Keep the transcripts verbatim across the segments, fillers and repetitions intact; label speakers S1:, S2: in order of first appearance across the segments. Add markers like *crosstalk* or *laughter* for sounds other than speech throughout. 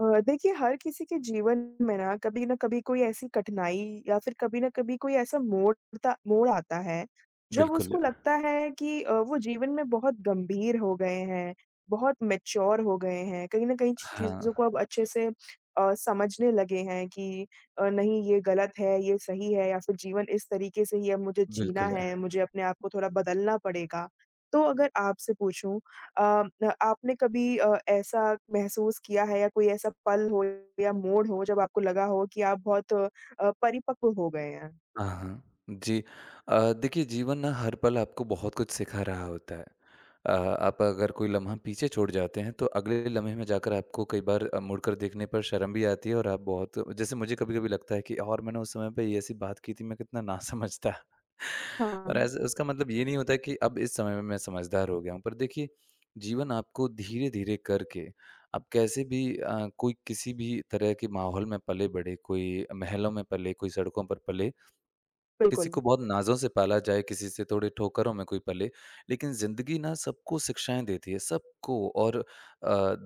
S1: अ, देखिए हर किसी के जीवन में ना कभी न कभी कोई ऐसी कठिनाई या फिर कभी न कभी कोई ऐसा मोड़ ता मोड़ आता है, जब
S2: बिल्कुल।
S1: उसको लगता है कि अ, वो जीवन में बहुत गंभीर हो गए हैं, बहुत मैच्योर हो गए हैं, कहीं न कहीं
S2: हाँ,
S1: चीज़ों को अब अच्छे से अ, समझने लगे हैं कि अ, नहीं ये गलत है, ये सही है या फिर जीवन इस तरीके से ही अब मुझे जीना
S2: बिल्कुल।
S1: है, मुझे अपने आप को थोड़ा बदलना पड़ेगा। तो अगर आपसे पूछूँ अ, न आपने कभी अ, ऐसा महसूस किया है या कोई ऐसा पल हो या मोड़ हो जब आपको लगा हो कि आप बहुत अ, परिपक्व हो गए हैं?
S2: हाँ, हाँ। जी। अ, देखिए जीवन ना हर पल आपको बहुत कुछ सिखा रहा होता है। अ, आप अगर कोई लम्हा पीछे छोड़ जाते हैं तो अगले लम्हे में जाकर आपको कई बार अ, मुड़कर देखने पर शर्म भी आती है और आप बहुत जैसे मुझे कभी-कभी लगता है कि और मैंने उस समय पे ये ऐसी बात की थी, मैं कितना नासमझ था। *laughs* पर
S1: हाँ,
S2: ऐसा उसका मतलब ये नहीं होता कि अब इस समय में मैं समझदार हो गया हूँ। पर देखिए, जीवन आपको धीरे-धीरे करके, आप कैसे भी अ, कोई किसी भी तरह के माहौल में पले-बढ़े, कोई महलों में पले, कोई सड़कों पर पले, किसी
S1: बिल्कुल,
S2: को बहुत नाज़ों से पाला जाए, किसी से थोड़े ठोकरों में कोई पले, लेकिन ज़िंदगी ना सबको शिक्षाएँ देती है, सबको। और अ,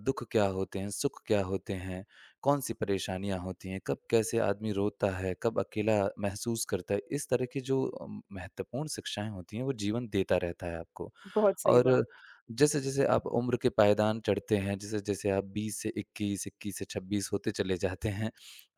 S2: दुःख क्या होते हैं, सुख क्या होते हैं, कौन-सी परेशानियाँ होती हैं, कब कैसे आदमी रोता है, कब अकेला महसूस करता है, इस तरह की जो अ, महत्वपूर्ण शिक्षाएँ होती हैं, वो जीवन देता रहता है आपको।
S1: बहुत सही बात।
S2: और जैसे-जैसे आप उम्र के पायदान चढ़ते हैं, जैसे-जैसे आप बीस से इक्कीस, इक्कीस से छब्बीस होते चले जाते हैं,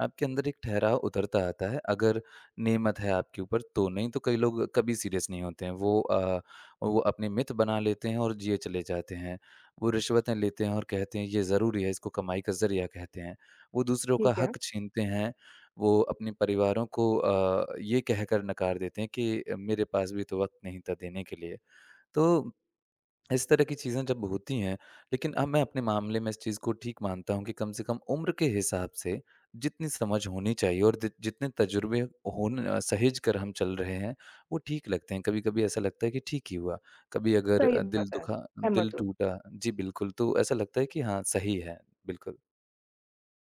S2: आपके अंदर एक ठहराव उतरता आता है। अगर नेमत है आपके ऊपर तो, नहीं तो कई लोग कभी सीरियस नहीं होते हैं। वो अ, वो अपने मिथ बना लेते हैं और जिए चले जाते हैं। वो रिश्वतें लेते हैं और कहते हैं ये ज़रूरी है, इसको कमाई का ज़रिया कहते हैं। वो दूसरों का
S1: ठीक है,
S2: हक छीनते हैं। वो अपने परिवारों को अ, ये कहकर नकार देते हैं कि मेरे पास भी तो वक़्त नहीं था देने के लिए। तो इस तरह की चीज़ें जब होती हैं, लेकिन अब मैं अपने मामले में इस चीज़ को ठीक मानता हूँ कि कम से कम उम्र के हिसाब से जितनी समझ होनी चाहिए और दि जितने तजुर्बे होन अ, सहेज कर हम चल रहे हैं, वो ठीक लगते हैं। कभी-कभी ऐसा लगता है कि ठीक ही हुआ। कभी अगर
S1: सही
S2: अ, दिल
S1: बात है,
S2: दुखा दिल
S1: सहमत हूँ।
S2: टूटा जी, बिल्कुल, तो ऐसा लगता है कि हाँ, सही है, बिल्कुल।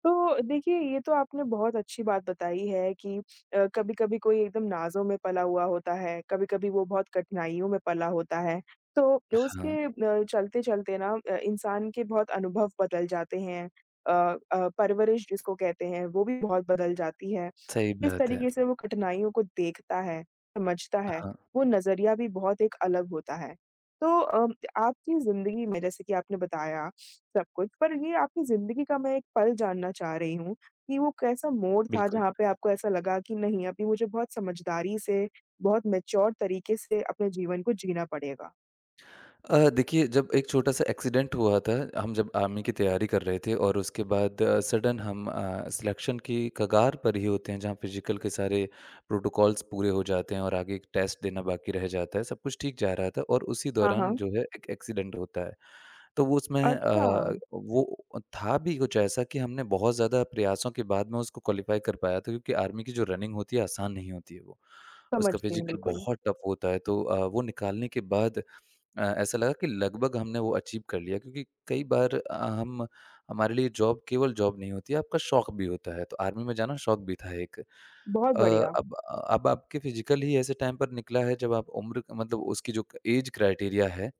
S1: तो देखिए, ये तो आपने बहुत अच्छी बात बताई है कि अ, कभी-कभी कोई एकदम नाज़ों में पला हुआ होता है, कभी-कभी वो बहुत कठिनाइयों में पला होता है। तो
S2: हाँ,
S1: उसके अ, चलते-चलते ना अ, इंसान के बहुत अनुभव बदल जाते हैं। अ अ, परवरिश जिसको कहते हैं, वो भी बहुत बदल जाती है।
S2: सही
S1: किस
S2: बात है।
S1: तरीके से वो कठिनाइयों को देखता है, समझता है,
S2: हाँ,
S1: वो नज़रिया भी बहुत एक अलग होता है। तो अ, आपकी ज़िंदगी में जैसे कि आपने बताया सब कुछ, पर ये आपकी ज़िंदगी का मैं एक पल जानना चाह रही हूँ कि वो कैसा मोड़ था
S2: बिल्कुल।
S1: जहाँ पे आपको ऐसा लगा कि नहीं, अभी मुझे बहुत समझदारी से, बहुत मैच्योर तरीके से अपने जीवन को जीना पड़ेगा?
S2: अ, देखिए, जब एक छोटा-सा एक्सीडेंट हुआ था, हम जब आर्मी की तैयारी कर रहे थे और उसके बाद अ, सडन, हम अ, सिलेक्शन की कगार पर ही होते हैं जहाँ फिजिकल के सारे प्रोटोकॉल्स पूरे हो जाते हैं और आगे एक टेस्ट देना बाकी रह जाता है, सब कुछ ठीक जा रहा था और उसी
S1: हाँ,
S2: दौरान
S1: हाँ।
S2: जो है, एक एक्सीडेंट होता है। तो वो उसमें
S1: अच्छा,
S2: अ, वो था भी कुछ ऐसा कि हमने बहुत ज़्यादा प्रयासों के बाद में उसको क्वालीफाई कर पाया था, क्योंकि आर्मी की जो रनिंग होती है आसान नहीं होती है वो। उसका
S1: समझती हूँ,
S2: फिजिकल
S1: बिल्कुल। बिल्कुल।
S2: बहुत टफ होता है तो अ, वो निकालने के बाद अ, ऐसा लगा कि लगभग हमने वो अचीव कर लिया, क्योंकि कई बार अ, हम हमारे लिए जॉब केवल जॉब नहीं होती है, आपका शौक भी होता है, तो आर्मी में जाना शौक भी था एक।
S1: बहुत
S2: अ,
S1: बढ़िया।
S2: अब अब आपके फिजिकल ही ऐसे टाइम पर निकला है जब आप उम्र मतलब उसकी जो एज क्राइटेरिया है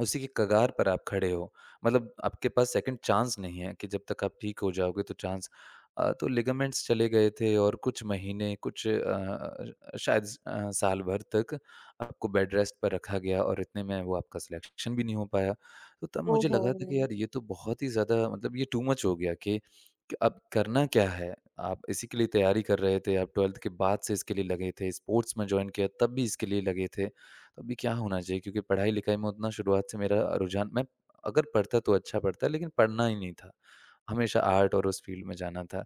S2: उसी की कगार पर आप खड़े हो। मतलब आपके पास सेकंड चांस नहीं है कि जब तक आप ठीक हो जाओगे तो चांस, अ, तो लिगामेंट्स चले गए थे और कुछ महीने कुछ अ अ, शायद अ, साल भर तक आपको बेड रेस्ट पर रखा गया और इतने में वो आपका सिलेक्शन भी नहीं हो पाया। तो तब मुझे
S1: ओहो!
S2: लगा था कि यार ये तो बहुत ही ज़्यादा, मतलब ये टू मच हो गया कि कि अब करना क्या है? आप इसी के लिए तैयारी कर रहे थे, आप ट्वेल्थ के बाद से इसके लिए लगे थे, स्पोर्ट्स में जॉइन किया तब भी इसके लिए लगे थे। तो अभी क्या होना चाहिए? क्योंकि पढ़ाई-लिखाई में उतना शुरुआत से मेरा रुझान, मैं अगर पढ़ता तो अच्छा पढ़ता लेकिन पढ़ना ही नहीं था। हमेशा आर्ट और उस फ़ील्ड में जाना था।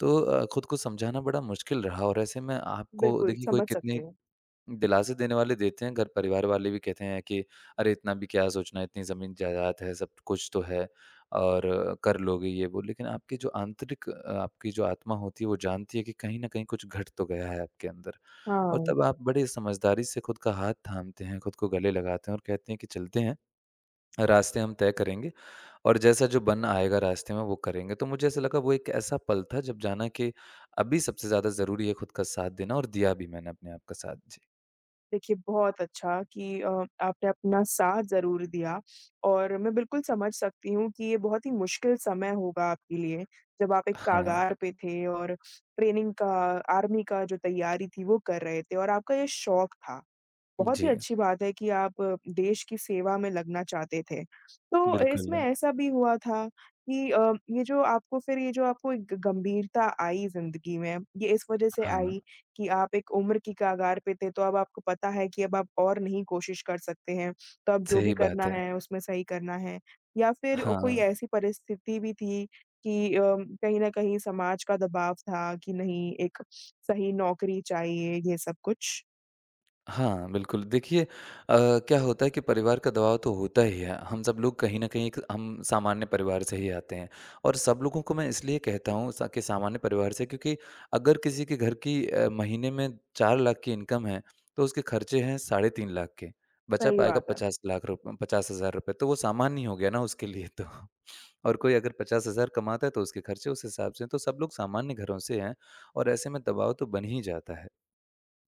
S2: तो अ, खुद को समझाना बड़ा मुश्किल रहा और ऐसे में आपको
S1: बिल्कुल,
S2: देखिए कोई
S1: समझ सकते
S2: कितने
S1: हैं।
S2: दिलासे देने वाले देते हैं, घर परिवार वाले भी कहते हैं कि अरे! इतना भी क्या सोचना है, इतनी ज़मीन जायदाद है, सब कुछ तो है और कर लोगे ये वो। लेकिन आपकी जो आंतरिक अ, आपकी जो आत्मा होती है, वो जानती है कि कहीं न कहीं कुछ घट तो गया है आपके अंदर, और
S1: हाँ।
S2: तब आप बड़े समझदारी से खुद का हाथ थामते हैं, खुद को गले लगाते हैं और कहते हैं कि चलते हैं, रास्ते हम तय करेंगे और जैसा जो बन आएगा रास्ते में वो करेंगे। तो मुझे ऐसा लगा वो एक ऐसा पल था जब जाना कि अभी सबसे ज़्यादा ज़रूरी है खुद का साथ देना, और दिया भी मैंने अपने आप का साथ। जी।
S1: देखिए, बहुत अच्छा कि अ, आपने अपना साथ ज़रूर दिया और मैं बिल्कुल समझ सकती हूँ कि ये बहुत ही मुश्किल समय होगा आपके लिए, जब आप एक
S2: हाँ।
S1: कागार पे थे और ट्रेनिंग का, आर्मी का जो तैयारी थी, वो कर रहे थे और आपका ये शौक था। बहुत ही
S2: जी,
S1: अच्छी बात है कि आप देश की सेवा में लगना चाहते थे। तो इसमें
S2: बिल्कुल।
S1: ऐसा भी हुआ था कि अ, ये जो आपको फिर ये जो आपको एक गंभीरता आई ज़िंदगी में, ये इस वज़ह से
S2: हाँ,
S1: आई कि आप एक उम्र की कगार पे थे, तो अब आपको पता है कि अब आप और नहीं कोशिश कर सकते हैं, तो अब जो भी
S2: सही
S1: करना
S2: बात है।
S1: है, उसमें सही करना है। या फिर कोई
S2: हाँ,
S1: ऐसी परिस्थिति भी थी कि अ, कहीं न कहीं समाज का दबाव था कि नहीं, एक सही नौकरी चाहिए, ये सब कुछ?
S2: हाँ, बिल्कुल। देखिए अ, क्या होता है कि परिवार का दबाव तो होता ही है। हम सब लोग कहीं न कहीं एक, हम सामान्य परिवार से ही आते हैं और सब लोगों को मैं इसलिए कहता हूँ सा कि सामान्य परिवार से, क्योंकि अगर किसी के घर की अ, महीने में चार लाख की इनकम है, तो उसके खर्चे हैं साढ़े तीन लाख के, बचा
S1: सही
S2: पाएगा
S1: बात है।
S2: पचास लाख रुप पचास हज़ार रुपए, तो वो सामान्य ही हो गया ना उसके लिए तो। और कोई अगर पचास हज़ार कमाता है तो उसके खर्चे उस हिसाब से हैं, तो सब लोग सामान्य घरों से हैं और ऐसे में दबाव तो बन ही जाता है।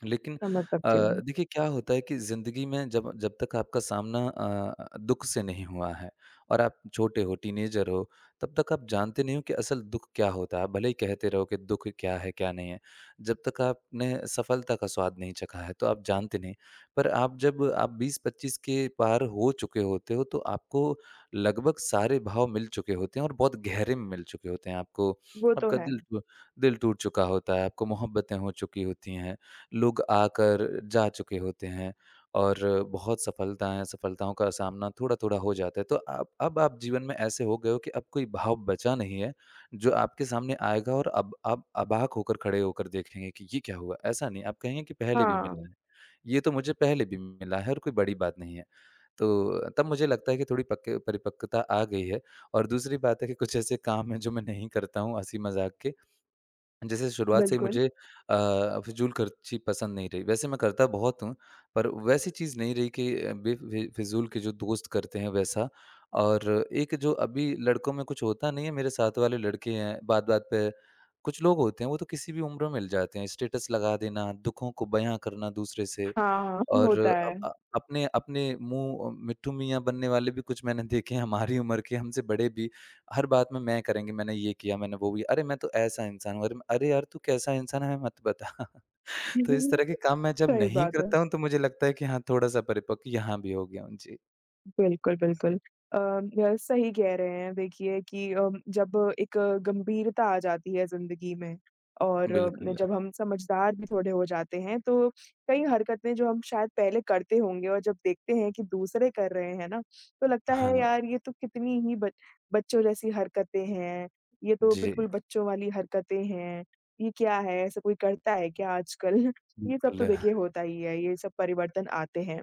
S2: लेकिन
S1: समझ
S2: अ,
S1: सकती हूँ।
S2: देखिए क्या होता है कि ज़िंदगी में जब जब तक आपका सामना अ, दुःख से नहीं हुआ है और आप छोटे हो, टीनेजर हो, तब तक आप जानते नहीं हो कि असल दुःख क्या होता है। आप भले ही कहते रहो कि दुःख क्या है, क्या नहीं है। जब तक आपने सफलता का स्वाद नहीं चखा है, तो आप जानते नहीं। पर आप जब आप बीस पच्चीस के पार हो चुके होते हो, तो आपको लगभग सारे भाव मिल चुके होते हैं और बहुत गहरे में मिल चुके होते हैं आपको।
S1: वो तो
S2: आपका
S1: है।
S2: दिल टू दिल टूट चुका होता है, आपको मोहब्बतें हो चुकी होती हैं। लोग आकर जा चुके होते हैं और बहुत सफलताएँ सफलताओं का सामना थोड़ा-थोड़ा हो जाता है। तो अब अब आप जीवन में ऐसे हो गए हो कि अब कोई भाव बचा नहीं है, जो आपके सामने आएगा और अब आप अबाक होकर खड़े होकर देखेंगे कि ये क्या हुआ? ऐसा नहीं, आप कहेंगे कि पहले भी मिला
S1: हाँ,
S2: है। ये तो मुझे पहले भी मिला है और कोई बड़ी बात नहीं है। तो तब मुझे लगता है कि थोड़ी पक्के परिपक्वता आ गई है। और दूसरी बात है कि कुछ ऐसे काम हैं जो मैं नहीं करता हूँ, हँसी-मज़ाक के जैसे। शुरुआत से ही
S1: बिल्कुल।
S2: मुझे अ, फ़िज़ूल खर्ची पसंद नहीं रही। वैसे मैं करता बहुत हूँ, पर वैसी चीज़ नहीं रही कि अ, बे फ़ि फ़िज़ूल के जो दोस्त करते हैं वैसा। और एक जो अभी लड़कों में कुछ होता नहीं है, मेरे साथ वाले लड़के हैं, बात-बात पे, कुछ लोग होते हैं, वो तो किसी भी उम्र में मिल जाते हैं, स्टेटस लगा देना, दुखों को बयाँ करना दूसरे से।
S1: हाँ,
S2: और
S1: होता है।
S2: अप अ, अपने अपने मुँह मिट्ठू मियाँ बनने वाले भी कुछ मैंने देखे हैं हमारी उम्र के, हमसे बड़े भी, हर बात में मैं करेंगे, मैंने ये किया, मैंने वो भी, अरे! मैं तो ऐसा इंसान हूँ, अरे! अरे यार, तू कैसा इंसान है, हमें मत बता। *laughs* तो इस तरह के
S1: *laughs* सही
S2: काम मैं जब नहीं
S1: बात है।
S2: करता हूँ तो मुझे लगता है कि हाँ, थोड़ा-सा परिपक्व यहाँ भी हो गया हूँ। जी,
S1: बिल्कुल, बिल्कुल। अ, य सही कह रहे हैं देखिए कि अ, जब एक गंभीरता आ जाती है ज़िंदगी में और अ,
S2: बिल्कुल।
S1: जब हम समझदार भी थोड़े हो जाते हैं, तो कई हरकतें जो हम शायद पहले करते होंगे और जब देखते हैं कि दूसरे कर रहे हैं ना, तो लगता है
S2: हाँ,
S1: यार ये तो कितनी ही ब बच्चों जैसी हरकतें हैं, ये तो
S2: जी,
S1: बिल्कुल बच्चों वाली हरकतें हैं, ये क्या है? ऐसा कोई करता है क्या आजकल? *laughs* ये सब
S2: बिल्कुल।
S1: तो देखिए होता ही है, ये सब परिवर्तन आते हैं।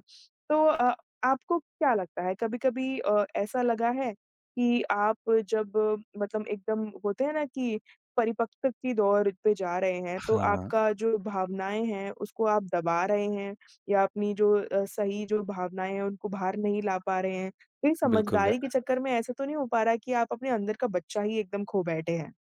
S1: तो अ आपको क्या लगता है कभी-कभी अ, ऐसा लगा है कि आप जब मतलब एकदम होते हैं ना कि परिपक्व की दौर पे जा रहे हैं, तो
S2: हाँ,
S1: आपका जो भावनाएँ हैं उसको आप दबा रहे हैं या अपनी जो अ, सही जो भावनाएँ हैं उनको बाहर नहीं ला पा रहे हैं? कहीं
S2: बिल्कुल।
S1: समझदारी के चक्कर में ऐसा तो नहीं हो पा रहा कि आप अपने अंदर का बच्चा ही एकदम खो बैठे हैं?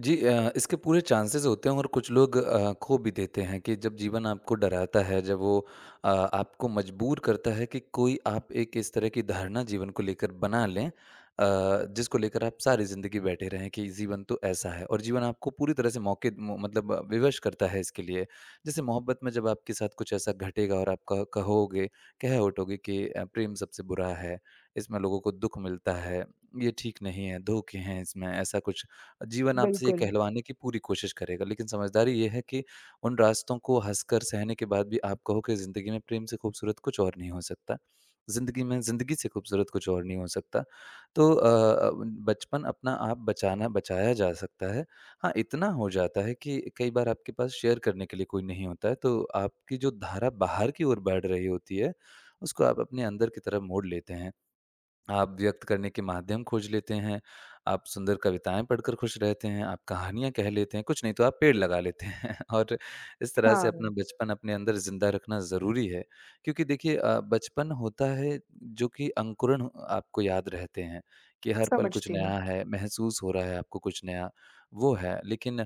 S2: जी, अ, इसके पूरे चांसेस होते हैं और कुछ लोग अ, खो भी देते हैं कि जब जीवन आपको डराता है, जब वो अ, आपको मजबूर करता है कि कोई आप एक इस तरह की धारणा जीवन को लेकर बना लें, अ, जिसको लेकर आप सारी ज़िंदगी बैठे रहें कि जीवन तो ऐसा है, और जीवन आपको पूरी तरह से मौके मो- मतलब अ, विवश करता है इसके लिए। जैसे मोहब्बत में जब आपके साथ कुछ ऐसा घटेगा और आप क कहोगे, कह उठोगे कि अ, प्रेम सबसे बुरा है, इसमें लोगों को दुःख मिलता है, ये ठीक नहीं है, धोखे हैं इसमें, ऐसा कुछ जीवन आपसे ये
S1: बिल्कुल।
S2: कहलवाने की पूरी कोशिश करेगा। लेकिन समझदारी ये है कि उन रास्तों को हँसकर सहने के बाद भी आप कहो कि ज़िंदगी में प्रेम से खूबसूरत कुछ और नहीं हो सकता। ज़िंदगी में ज़िंदगी से खूबसूरत कुछ और नहीं हो सकता। तो अ अ, बचपन अपना आप बचाना बचाया जा सकता है। हाँ, इतना हो जाता है कि कई बार आपके पास शेयर करने के लिए कोई नहीं होता है, तो आपकी जो धारा बाहर की ओर बढ़ रही होती है, उसको आप अपने अंदर की तरफ मोड़ लेते हैं। आप व्यक्त करने के माध्यम खोज लेते हैं, आप सुंदर कविताएँ पढ़कर खुश रहते हैं, आप कहानियाँ कह लेते हैं, कुछ नहीं तो आप पेड़ लगा लेते हैं *laughs* और इस तरह से
S1: हाँ,
S2: अपना बचपन अपने अंदर ज़िंदा रखना ज़रूरी है। क्योंकि देखिए अ, बचपन होता है जो कि अंकुरण हो- आपको याद रहते हैं कि हर पल कुछ
S1: समझती हूँ।
S2: नया है, महसूस हो रहा है आपको कुछ नया, वो है। लेकिन अ,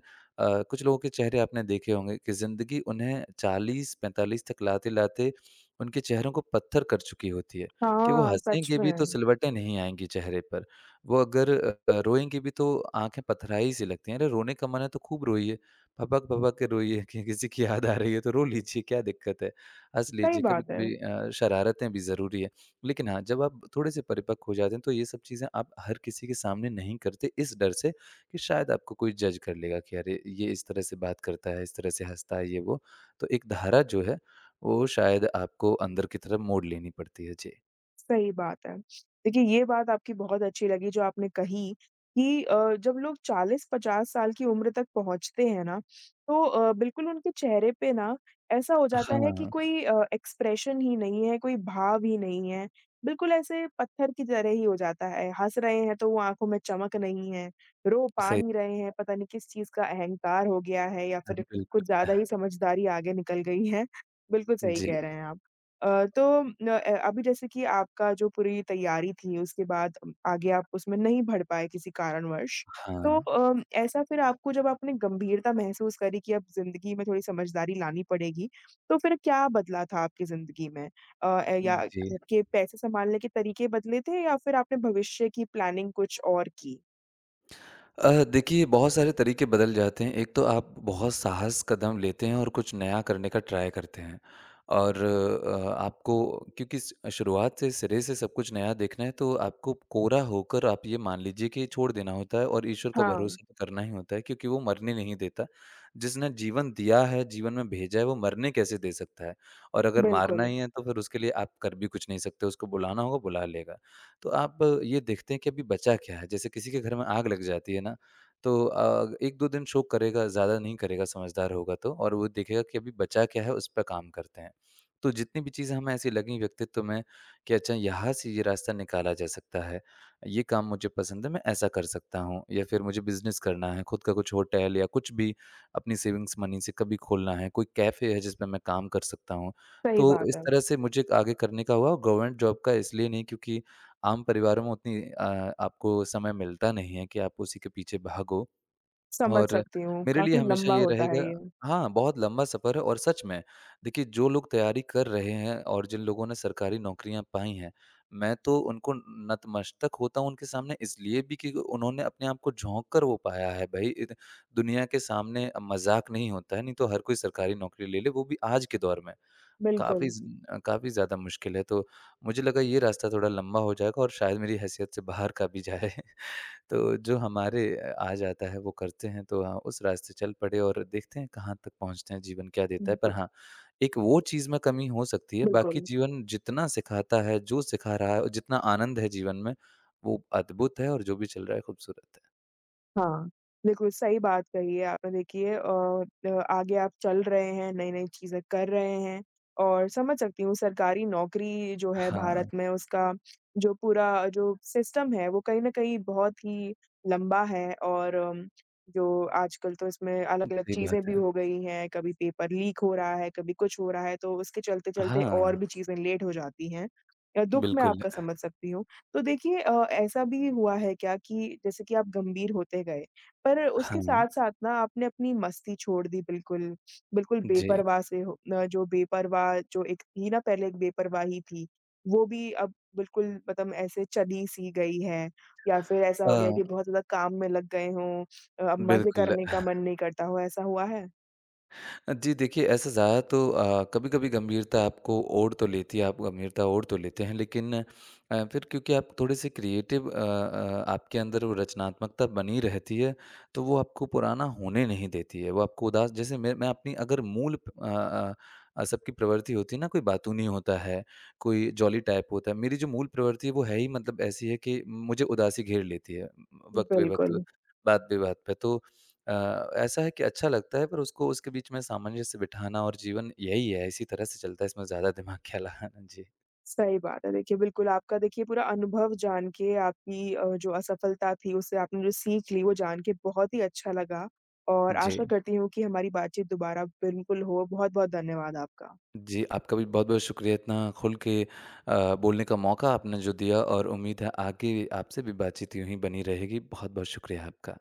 S2: कुछ लोगों के चेहरे आपने देखे होंगे कि ज़िंदगी उन्हें चालीस पैंतालीस तक लाते-लाते उनके चेहरों को पत्थर कर चुकी होती है। कि वो
S1: हाँ, सच
S2: हँसेंगे भी तो
S1: में।
S2: सिलवटें नहीं आएँगी चेहरे पर। वो अगर अ अ, रोएँगे भी तो आँखें पथराई-सी लगती हैं। अरे! रोने का मन है तो खूब रोइए, भभक-भभक के रोइए कि किसी की याद आ रही है तो रो लीजिए, क्या दिक्कत है? हँस
S1: सही
S2: लीजिए,
S1: बात है।
S2: कभी-कभी अ, शरारतें भी ज़रूरी है। लेकिन हाँ, जब आप थोड़े से परिपक्व हो जाते हैं तो ये सब चीज़ें आप हर किसी के सामने नहीं करते इस डर से कि शायद आपको कोई जज कर लेगा कि अरे! ये इस तरह से बात करता है, इस तरह से हँसता है ये वो। तो एक धारा जो है, वो शायद आपको अंदर की तरफ मोड़ लेनी पड़ती है। जी।
S1: सही बात है। देखिए, ये बात आपकी बहुत अच्छी लगी जो आपने कही कि अ, जब लोग चालीस पचास साल की उम्र तक पहुँचते हैं ना, तो अ, बिल्कुल उनके चेहरे पे ना ऐसा हो जाता है कि
S2: हाँ,
S1: कोई अ, एक्सप्रेशन ही नहीं है, कोई भाव ही नहीं है। बिल्कुल ऐसे पत्थर की तरह ही हो जाता है। हँस रहे हैं तो वो आँखों में चमक नहीं है, रो पा
S2: सही
S1: नहीं रहे हैं, पता नहीं किस चीज़ का अहंकार हो गया है या फिर कुछ
S2: बिल्कुल।
S1: ज़्यादा ही समझदारी आगे निकल गई है। बिल्कुल सही
S2: जी,
S1: कह रहे हैं आप। अ, तो न अ, अभी जैसे कि आपका जो पूरी तैयारी थी उसके बाद अम, आगे आप उसमें नहीं बढ़ पाए किसी कारणवश।
S2: हाँ,
S1: तो अ, ऐसा फिर आपको जब आपने गंभीरता महसूस करी कि अब ज़िंदगी में थोड़ी समझदारी लानी पड़ेगी, तो फिर क्या बदला था आपकी ज़िंदगी में? अ, अ, या
S2: जी।
S1: आपके पैसे सँभालने के तरीके बदले थे या फिर आपने भविष्य की प्लानिंग कुछ और की?
S2: अ, देखिए बहुत सारे तरीके बदल जाते हैं। एक तो आप बहुत साहस कदम लेते हैं और कुछ नया करने का ट्राई करते हैं और अ, आपको क्योंकि स शुरुआत से सिरे से सब कुछ नया देखना है तो आपको कोरा होकर आप ये मान लीजिए कि छोड़ देना होता है और ईश्वर का
S1: हाँ,
S2: भरोसा तो करना ही होता है क्योंकि वो मरने नहीं देता। जिसने जीवन दिया है, जीवन में भेजा है, वो मरने कैसे दे सकता है? और अगर मारना
S1: बिल्कुल,
S2: ही है तो फिर उसके लिए आप कर भी कुछ नहीं सकते। उसको बुलाना होगा, बुला लेगा। तो आप ये देखते हैं कि अभी बचा क्या है? जैसे किसी के घर में आग लग जाती है ना, तो अ, एक दो दिन शोक करेगा, ज़्यादा नहीं करेगा समझदार होगा तो और वो देखेगा कि अभी बचा क्या है, उस पे काम करते हैं। तो जितनी भी चीज़ें हमें ऐसी लगीं व्यक्तित्व में कि अच्छा यहाँ से ये रास्ता निकाला जा सकता है, ये काम मुझे पसंद है, मैं ऐसा कर सकता हूँ या फिर मुझे बिज़नेस करना है, खुद का कुछ होटल या कुछ भी अपनी सेविंग्स मनी से कभी खोलना है, कोई कैफ़े है जिसमें मैं काम कर सकता हूँ।
S1: सही
S2: तो
S1: बात
S2: इस
S1: है।
S2: तरह से मुझे आगे करने का हुआ और गवर्नमेंट जॉब का इसलिए नहीं क्योंकि आम परिवारों में उतनी अ, आपको समय मिलता नहीं है कि आप उसी के पीछे भागो
S1: समझ
S2: और
S1: सकती हूँ,
S2: मेरे लिए
S1: काफ़ी
S2: हमेशा
S1: लंबा
S2: ये
S1: होता है
S2: रहेगा
S1: ये।
S2: हाँ, बहुत लंबा सफ़र है और सच में देखिए जो लोग तैयारी कर रहे हैं और जिन लोगों ने सरकारी नौकरियाँ पाई हैं, मैं तो उनको नतमस्तक होता हूँ उनके सामने इसलिए भी कि उन्होंने अपने आप को झोंक कर वो पाया है भई इत दुनिया के सामने मज़ाक नहीं होता है, नहीं तो हर कोई सरकारी नौकरी ले ले, वो भी आज के दौर में। काफ़ी
S1: बिल्कुल,
S2: ज़ काफ़ी ज़्यादा मुश्किल है, तो मुझे लगा ये रास्ता थोड़ा लंबा हो जाएगा और शायद मेरी हैसियत से बाहर का भी जाए। *laughs* तो जो हमारे अ, आ जाता है वो करते हैं, तो हाँ, उस रास्ते चल पड़े और देखते हैं कहाँ तक पहुँचते हैं, जीवन क्या देता है।
S1: ब
S2: पर हाँ, एक वो चीज़ में कमी हो सकती है, बाकी
S1: बिल्कुल।
S2: जीवन जितना सिखाता है, जो सिखा रहा है और जितना आनंद है जीवन में, वो अद्भुत है और जो भी चल रहा है खूबसूरत है।
S1: हाँ, बिल्कुल सही बात कही है आपने देखिए अ अ, आगे आप चल रहे हैं, नई-नई चीज़ें कर रहे हैं और समझ सकती हूँ सरकारी नौकरी जो है भारत
S2: हाँ,
S1: में उसका जो पूरा जो सिस्टम है वो कहीं न कहीं बहुत ही लंबा है और अम, जो आजकल तो इसमें अलग-अलग
S2: सही
S1: चीज़ें
S2: बात
S1: भी
S2: है।
S1: हो गई हैं, कभी पेपर लीक हो रहा है, कभी कुछ हो रहा है, तो उसके चलते-चलते और
S2: हाँ,
S1: भी चीज़ें लेट हो जाती हैं। अ, दुःख मैं
S2: बिल्कुल।
S1: आपका समझ सकती हूँ। तो देखिए अ, ऐसा भी हुआ है क्या कि जैसे कि आप गंभीर होते गए, पर उसके
S2: हाँ,
S1: साथ-साथ ना आपने अपनी मस्ती छोड़ दी बिल्कुल, बिल्कुल
S2: जी।
S1: बेपरवाह से हो अ, जो बेपरवाह जो एक थी ना पहले एक बेपरवाही थी, वो भी अब बिल्कुल मतलब ऐसे चली-सी गई है या फिर ऐसा हो गया
S2: अ,
S1: कि बहुत ज़्यादा काम में लग गए हों अ, अब मज़े
S2: बिल्कुल।
S1: करने का मन नहीं करता हो, ऐसा हुआ है?
S2: जी देखिए, ऐसा ज़्यादा तो अ, कभी-कभी गंभीरता आपको ओढ़ तो लेती है, आप गंभीरता ओढ़ तो लेते हैं लेकिन अ, फिर क्योंकि आप थोड़े-से क्रिएटिव अ अ, आपके अंदर वो रचनात्मकता बनी रहती है, तो वो आपको पुराना होने नहीं देती है, वो आपको उदास जैसे मैं मैं अपनी अगर मूल अ अ अ, सबकी प्रवृत्ति होती है ना, कोई बातूनी होता है, कोई जॉली टाइप होता है, मेरी जो मूल प्रवृत्ति है वो है ही मतलब ऐसी है कि मुझे उदासी घेर लेती है, वक़्त-बे-वक़्त,
S1: बिल्कुल।
S2: बात-बे-बात पे। तो अ, ऐसा है कि अच्छा लगता है पर उसको उसके बीच में सामंजस्य बिठाना और जीवन यही है, इसी तरह से चलता है इसमें ज़्यादा दिमाग क्या लगाना। जी।
S1: सही बात है। देखिए, बिल्कुल आपका देखिए पूरा अनुभव जान के आपकी अ, जो असफलता थी उससे आपने जो सीख ली वो जान के बहुत ही अच्छा लगा और
S2: जी।
S1: आशा करती हूँ कि हमारी बातचीत दोबारा बिल्कुल हो। बहुत-बहुत धन्यवाद आपका।
S2: जी, आपका भी बहुत-बहुत शुक्रिया इतना खुल के अ, बोलने का मौका आपने जो दिया और उम्मीद है आगे आपसे भी बातचीत यूँ ही बनी रहेगी। बहुत-बहुत शुक्रिया आपका।